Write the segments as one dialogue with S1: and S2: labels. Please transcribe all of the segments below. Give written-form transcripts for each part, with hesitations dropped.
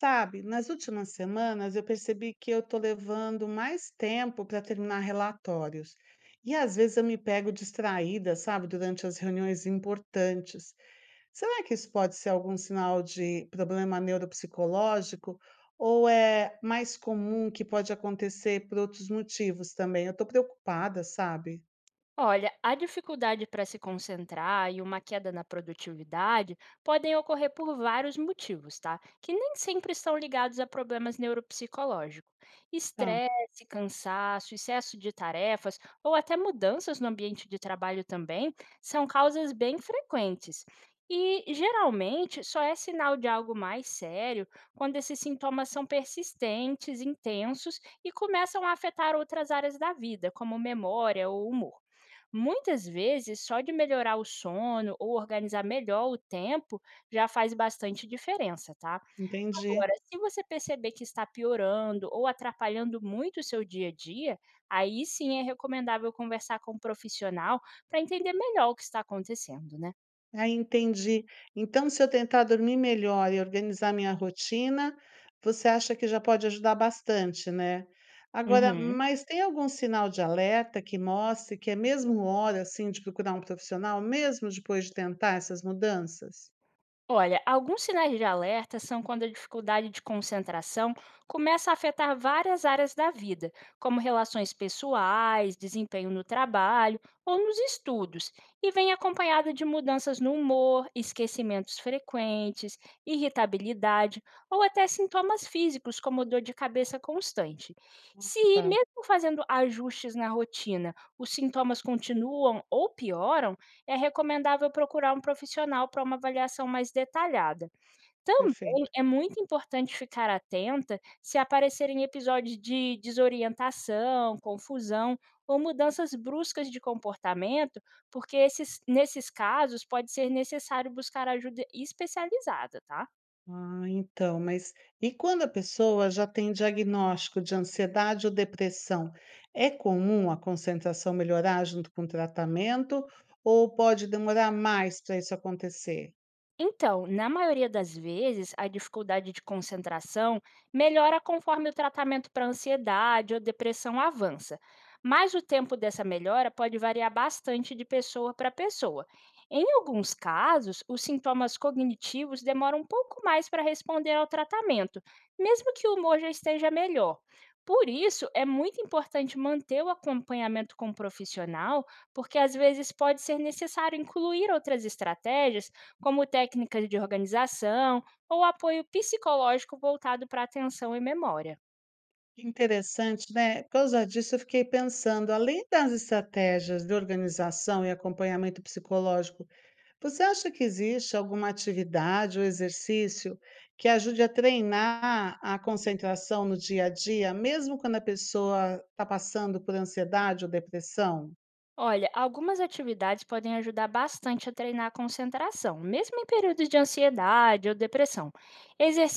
S1: Sabe, nas últimas semanas eu percebi que eu estou levando mais tempo para terminar relatórios. E às vezes eu me pego distraída, sabe, durante as reuniões importantes. Será que isso pode ser algum sinal de problema neuropsicológico? Ou é mais comum que pode acontecer por outros motivos também? Eu estou preocupada, sabe?
S2: Olha, a dificuldade para se concentrar e uma queda na produtividade podem ocorrer por vários motivos, tá? Que nem sempre estão ligados a problemas neuropsicológicos.
S1: Tá,
S2: Estresse, cansaço, excesso de tarefas ou até mudanças no ambiente de trabalho também são causas bem frequentes. E geralmente só é sinal de algo mais sério quando esses sintomas são persistentes, intensos e começam a afetar outras áreas da vida, como memória ou humor. Muitas vezes, só de melhorar o sono ou organizar melhor o tempo já faz bastante diferença, tá?
S1: entendi.
S2: Agora, se você perceber que está piorando ou atrapalhando muito o seu dia a dia, aí sim é recomendável conversar com um profissional para entender melhor o que está acontecendo, né?
S1: Ah, entendi. Então, se eu tentar dormir melhor e organizar minha rotina, você acha que já pode ajudar bastante, né? Agora,
S2: Uhum.
S1: mas tem algum sinal de alerta que mostre que é mesmo hora, assim, de procurar um profissional, mesmo depois de tentar essas mudanças?
S2: Olha, alguns sinais de alerta são quando a dificuldade de concentração começa a afetar várias áreas da vida, como relações pessoais, desempenho no trabalho ou nos estudos, e vem acompanhada de mudanças no humor, esquecimentos frequentes, irritabilidade ou até sintomas físicos, como dor de cabeça constante. Se,
S1: Tá,
S2: mesmo fazendo ajustes na rotina, os sintomas continuam ou pioram, é recomendável procurar um profissional para uma avaliação mais detalhada. Também
S1: perfeito.
S2: é muito importante ficar atenta se aparecerem episódios de desorientação, confusão ou mudanças bruscas de comportamento, porque esses, nesses casos pode ser necessário buscar ajuda especializada, tá?
S1: Ah, então, mas e quando a pessoa já tem diagnóstico de ansiedade ou depressão, é comum a concentração melhorar junto com o tratamento ou pode demorar mais para isso acontecer?
S2: Então, na maioria das vezes, a dificuldade de concentração melhora conforme o tratamento para ansiedade ou depressão avança, mas o tempo dessa melhora pode variar bastante de pessoa para pessoa. Em alguns casos, os sintomas cognitivos demoram um pouco mais para responder ao tratamento, mesmo que o humor já esteja melhor. Por isso, é muito importante manter o acompanhamento com um profissional, porque às vezes pode ser necessário incluir outras estratégias como técnicas de organização ou apoio psicológico voltado para atenção e memória.
S1: Que interessante, né? Por causa disso, eu fiquei pensando, além das estratégias de organização e acompanhamento psicológico, você acha que existe alguma atividade ou exercício que ajude a treinar a concentração no dia a dia, mesmo quando a pessoa está passando por ansiedade ou depressão?
S2: Olha, algumas atividades podem ajudar bastante a treinar a concentração, mesmo em períodos de ansiedade ou depressão.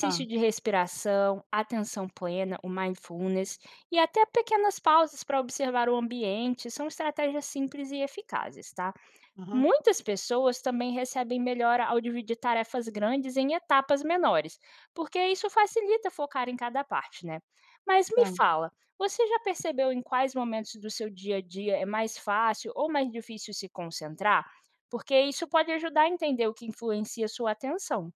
S1: Tá,
S2: de respiração, atenção plena, o mindfulness e até pequenas pausas para observar o ambiente são estratégias simples e eficazes, tá?
S1: aham,
S2: Muitas pessoas também recebem melhora ao dividir tarefas grandes em etapas menores, porque isso facilita focar em cada parte, né? Mas me
S1: tá.
S2: fala, você já percebeu em quais momentos do seu dia a dia é mais fácil ou mais difícil se concentrar? Porque isso pode ajudar a entender o que influencia sua atenção.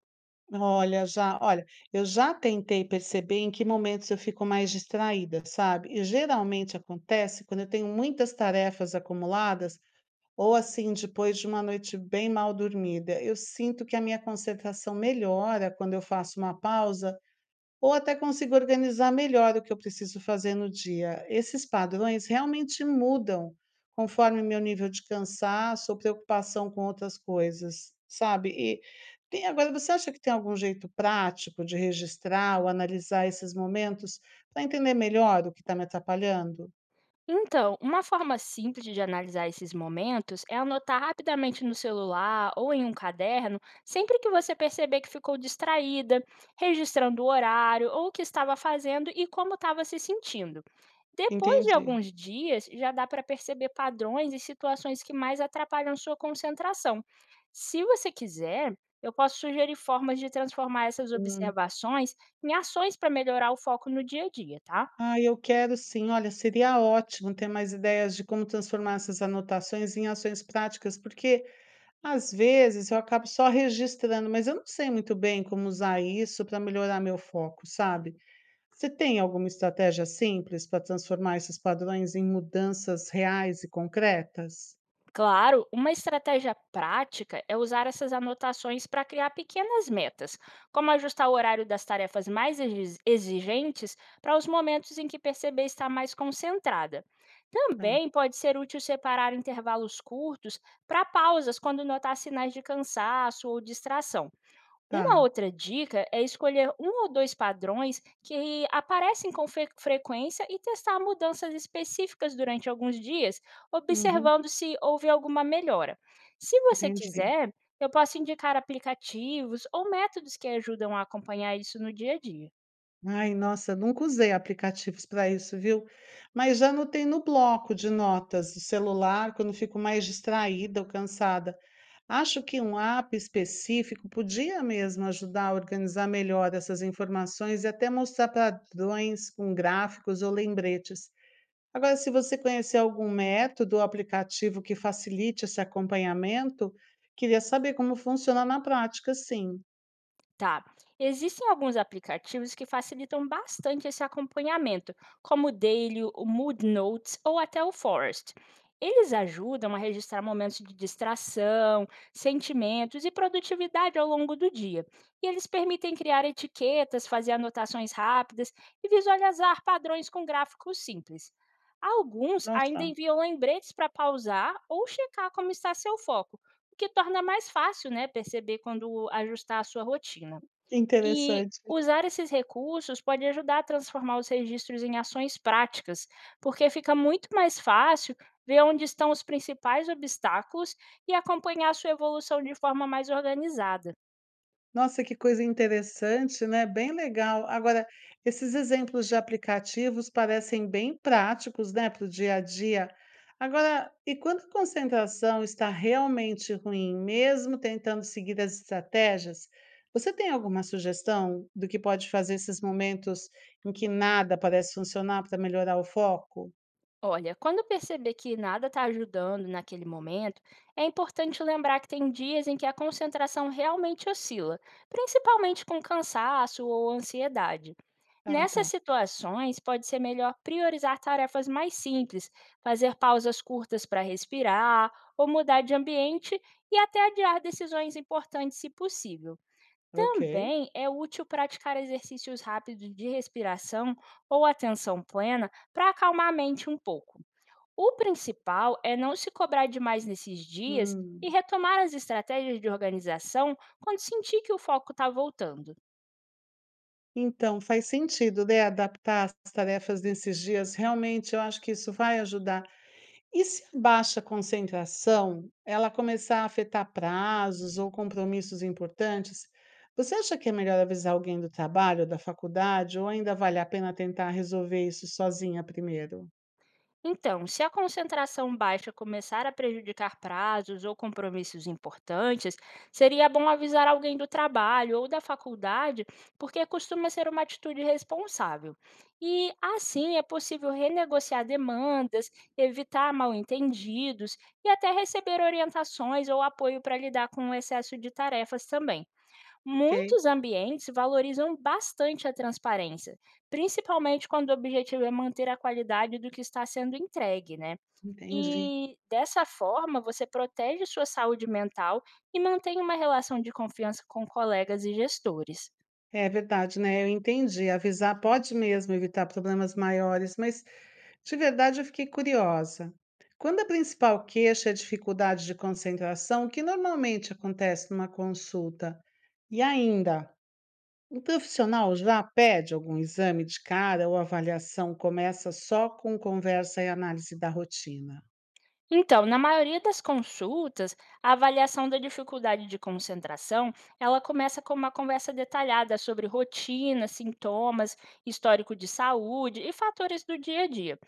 S1: Olha, já olha, eu já tentei perceber em que momentos eu fico mais distraída, sabe? E geralmente acontece quando eu tenho muitas tarefas acumuladas ou assim, depois de uma noite bem mal dormida. Eu sinto que a minha concentração melhora quando eu faço uma pausa ou até consigo organizar melhor o que eu preciso fazer no dia. Esses padrões realmente mudam conforme meu nível de cansaço ou preocupação com outras coisas, sabe? E tem, agora, você acha que tem algum jeito prático de registrar ou analisar esses momentos para entender melhor o que está me atrapalhando?
S2: Então, uma forma simples de analisar esses momentos é anotar rapidamente no celular ou em um caderno, sempre que você perceber que ficou distraída, registrando o horário ou o que estava fazendo e como estava se sentindo. Depois de
S1: Entendi.
S2: alguns dias, já dá para perceber padrões e situações que mais atrapalham sua concentração. Se você quiser, eu posso sugerir formas de transformar essas
S1: Hum.
S2: observações em ações para melhorar o foco no dia a dia, tá?
S1: Ah, eu quero sim. Olha, seria ótimo ter mais ideias de como transformar essas anotações em ações práticas, porque às vezes eu acabo só registrando, mas eu não sei muito bem como usar isso para melhorar meu foco, sabe? Você tem alguma estratégia simples para transformar esses padrões em mudanças reais e concretas?
S2: Claro, uma estratégia prática é usar essas anotações para criar pequenas metas, como ajustar o horário das tarefas mais exigentes para os momentos em que perceber estar mais concentrada.
S1: Tá,
S2: Também pode ser útil separar intervalos curtos para pausas quando notar sinais de cansaço ou distração. Uma
S1: tá.
S2: outra dica é escolher um ou dois padrões que aparecem com frequência e testar mudanças específicas durante alguns dias,
S1: Uhum,
S2: observando se houve alguma melhora. Se você
S1: entendi.
S2: quiser, eu posso indicar aplicativos ou métodos que ajudam a acompanhar isso no dia a dia.
S1: Ai, nossa, nunca usei aplicativos para isso, viu? Mas já anotei no bloco de notas do celular, quando fico mais distraída ou cansada. Acho que um app específico podia mesmo ajudar a organizar melhor essas informações e até mostrar padrões com gráficos ou lembretes. Agora, se você conhecer algum método ou aplicativo que facilite esse acompanhamento, queria saber como funciona na prática, sim.
S2: Tá. Existem alguns aplicativos que facilitam bastante esse acompanhamento, como o Daily, o Mood Notes ou até o Forest. Eles ajudam a registrar momentos de distração, sentimentos e produtividade ao longo do dia. E eles permitem criar etiquetas, fazer anotações rápidas e visualizar padrões com gráficos simples. Alguns ainda
S1: Nossa,
S2: enviam lembretes para pausar ou checar como está seu foco, o que torna mais fácil, né, perceber quando ajustar a sua rotina. E
S1: interessante.
S2: usar esses recursos pode ajudar a transformar os registros em ações práticas, porque fica muito mais fácil ver onde estão os principais obstáculos e acompanhar sua evolução de forma mais organizada.
S1: Nossa, que coisa interessante, né, bem legal. Agora, esses exemplos de aplicativos parecem bem práticos, né, para o dia a dia. Agora, e quando a concentração está realmente ruim, mesmo tentando seguir as estratégias, você tem alguma sugestão do que pode fazer esses momentos em que nada parece funcionar para melhorar o foco?
S2: Olha, quando perceber que nada está ajudando naquele momento, é importante lembrar que tem dias em que a concentração realmente oscila, principalmente com cansaço ou ansiedade.
S1: Ah,
S2: Nessas
S1: tá.
S2: situações, pode ser melhor priorizar tarefas mais simples, fazer pausas curtas para respirar ou mudar de ambiente e até adiar decisões importantes se possível.
S1: Ok.
S2: Também é útil praticar exercícios rápidos de respiração ou atenção plena para acalmar a mente um pouco. O principal é não se cobrar demais nesses dias
S1: Hum.
S2: e retomar as estratégias de organização quando sentir que o foco está voltando.
S1: Então, faz sentido, né, adaptar as tarefas nesses dias. Realmente, eu acho que isso vai ajudar. E se a baixa concentração, ela começar a afetar prazos ou compromissos importantes, você acha que é melhor avisar alguém do trabalho, da faculdade, ou ainda vale a pena tentar resolver isso sozinha primeiro?
S2: Então, se a concentração baixa começar a prejudicar prazos ou compromissos importantes, seria bom avisar alguém do trabalho ou da faculdade, porque costuma ser uma atitude responsável. E assim é possível renegociar demandas, evitar mal-entendidos e até receber orientações ou apoio para lidar com o excesso de tarefas também.
S1: Ok,
S2: Muitos ambientes valorizam bastante a transparência, principalmente quando o objetivo é manter a qualidade do que está sendo entregue, né?
S1: entendi.
S2: E dessa forma, você protege sua saúde mental e mantém uma relação de confiança com colegas e gestores.
S1: É verdade, né? Eu entendi. Avisar pode mesmo evitar problemas maiores, mas de verdade eu fiquei curiosa. Quando a principal queixa é dificuldade de concentração, o que normalmente acontece numa consulta? E ainda, o profissional já pede algum exame de cara ou avaliação começa só com conversa e análise da rotina?
S2: Então, na maioria das consultas, a avaliação da dificuldade de concentração, ela começa com uma conversa detalhada sobre rotina, sintomas, histórico de saúde e fatores do dia a dia.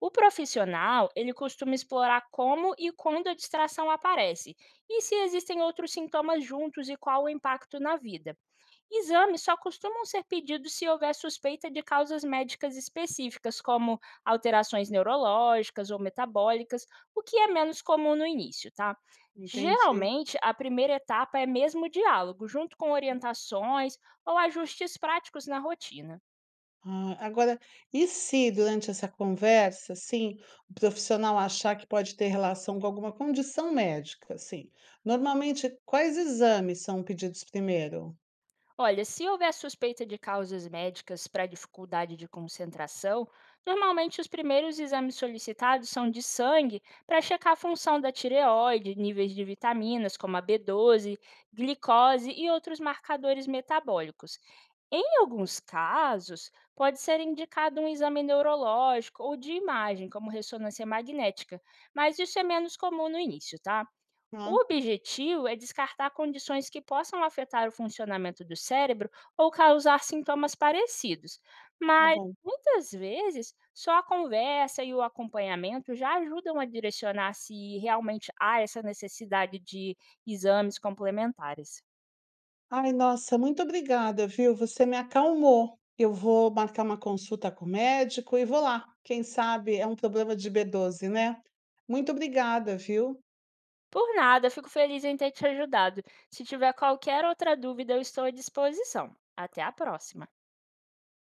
S2: O profissional, ele costuma explorar como e quando a distração aparece, e se existem outros sintomas juntos e qual o impacto na vida. Exames só costumam ser pedidos se houver suspeita de causas médicas específicas, como alterações neurológicas ou metabólicas, o que é menos comum no início, tá?
S1: Entendi.
S2: Geralmente, a primeira etapa é mesmo o diálogo, junto com orientações ou ajustes práticos na rotina.
S1: Ah, agora, e se durante essa conversa, assim, o profissional achar que pode ter relação com alguma condição médica, assim? Normalmente, quais exames são pedidos primeiro?
S2: Olha, se houver suspeita de causas médicas para dificuldade de concentração, normalmente os primeiros exames solicitados são de sangue para checar a função da tireoide, níveis de vitaminas como a B12, glicose e outros marcadores metabólicos. Em alguns casos, pode ser indicado um exame neurológico ou de imagem, como ressonância magnética, mas isso é menos comum no início, tá?
S1: Ah,
S2: O objetivo é descartar condições que possam afetar o funcionamento do cérebro ou causar sintomas parecidos,
S1: tá
S2: mas
S1: bom.
S2: muitas vezes só a conversa e o acompanhamento já ajudam a direcionar se realmente há essa necessidade de exames complementares.
S1: Ai, nossa, muito obrigada, viu? Você me acalmou. Eu vou marcar uma consulta com o médico e vou lá. Quem sabe é um problema de B12, né? Muito obrigada, viu?
S2: Por nada, fico feliz em ter te ajudado. Se tiver qualquer outra dúvida, eu estou à disposição. Até a próxima!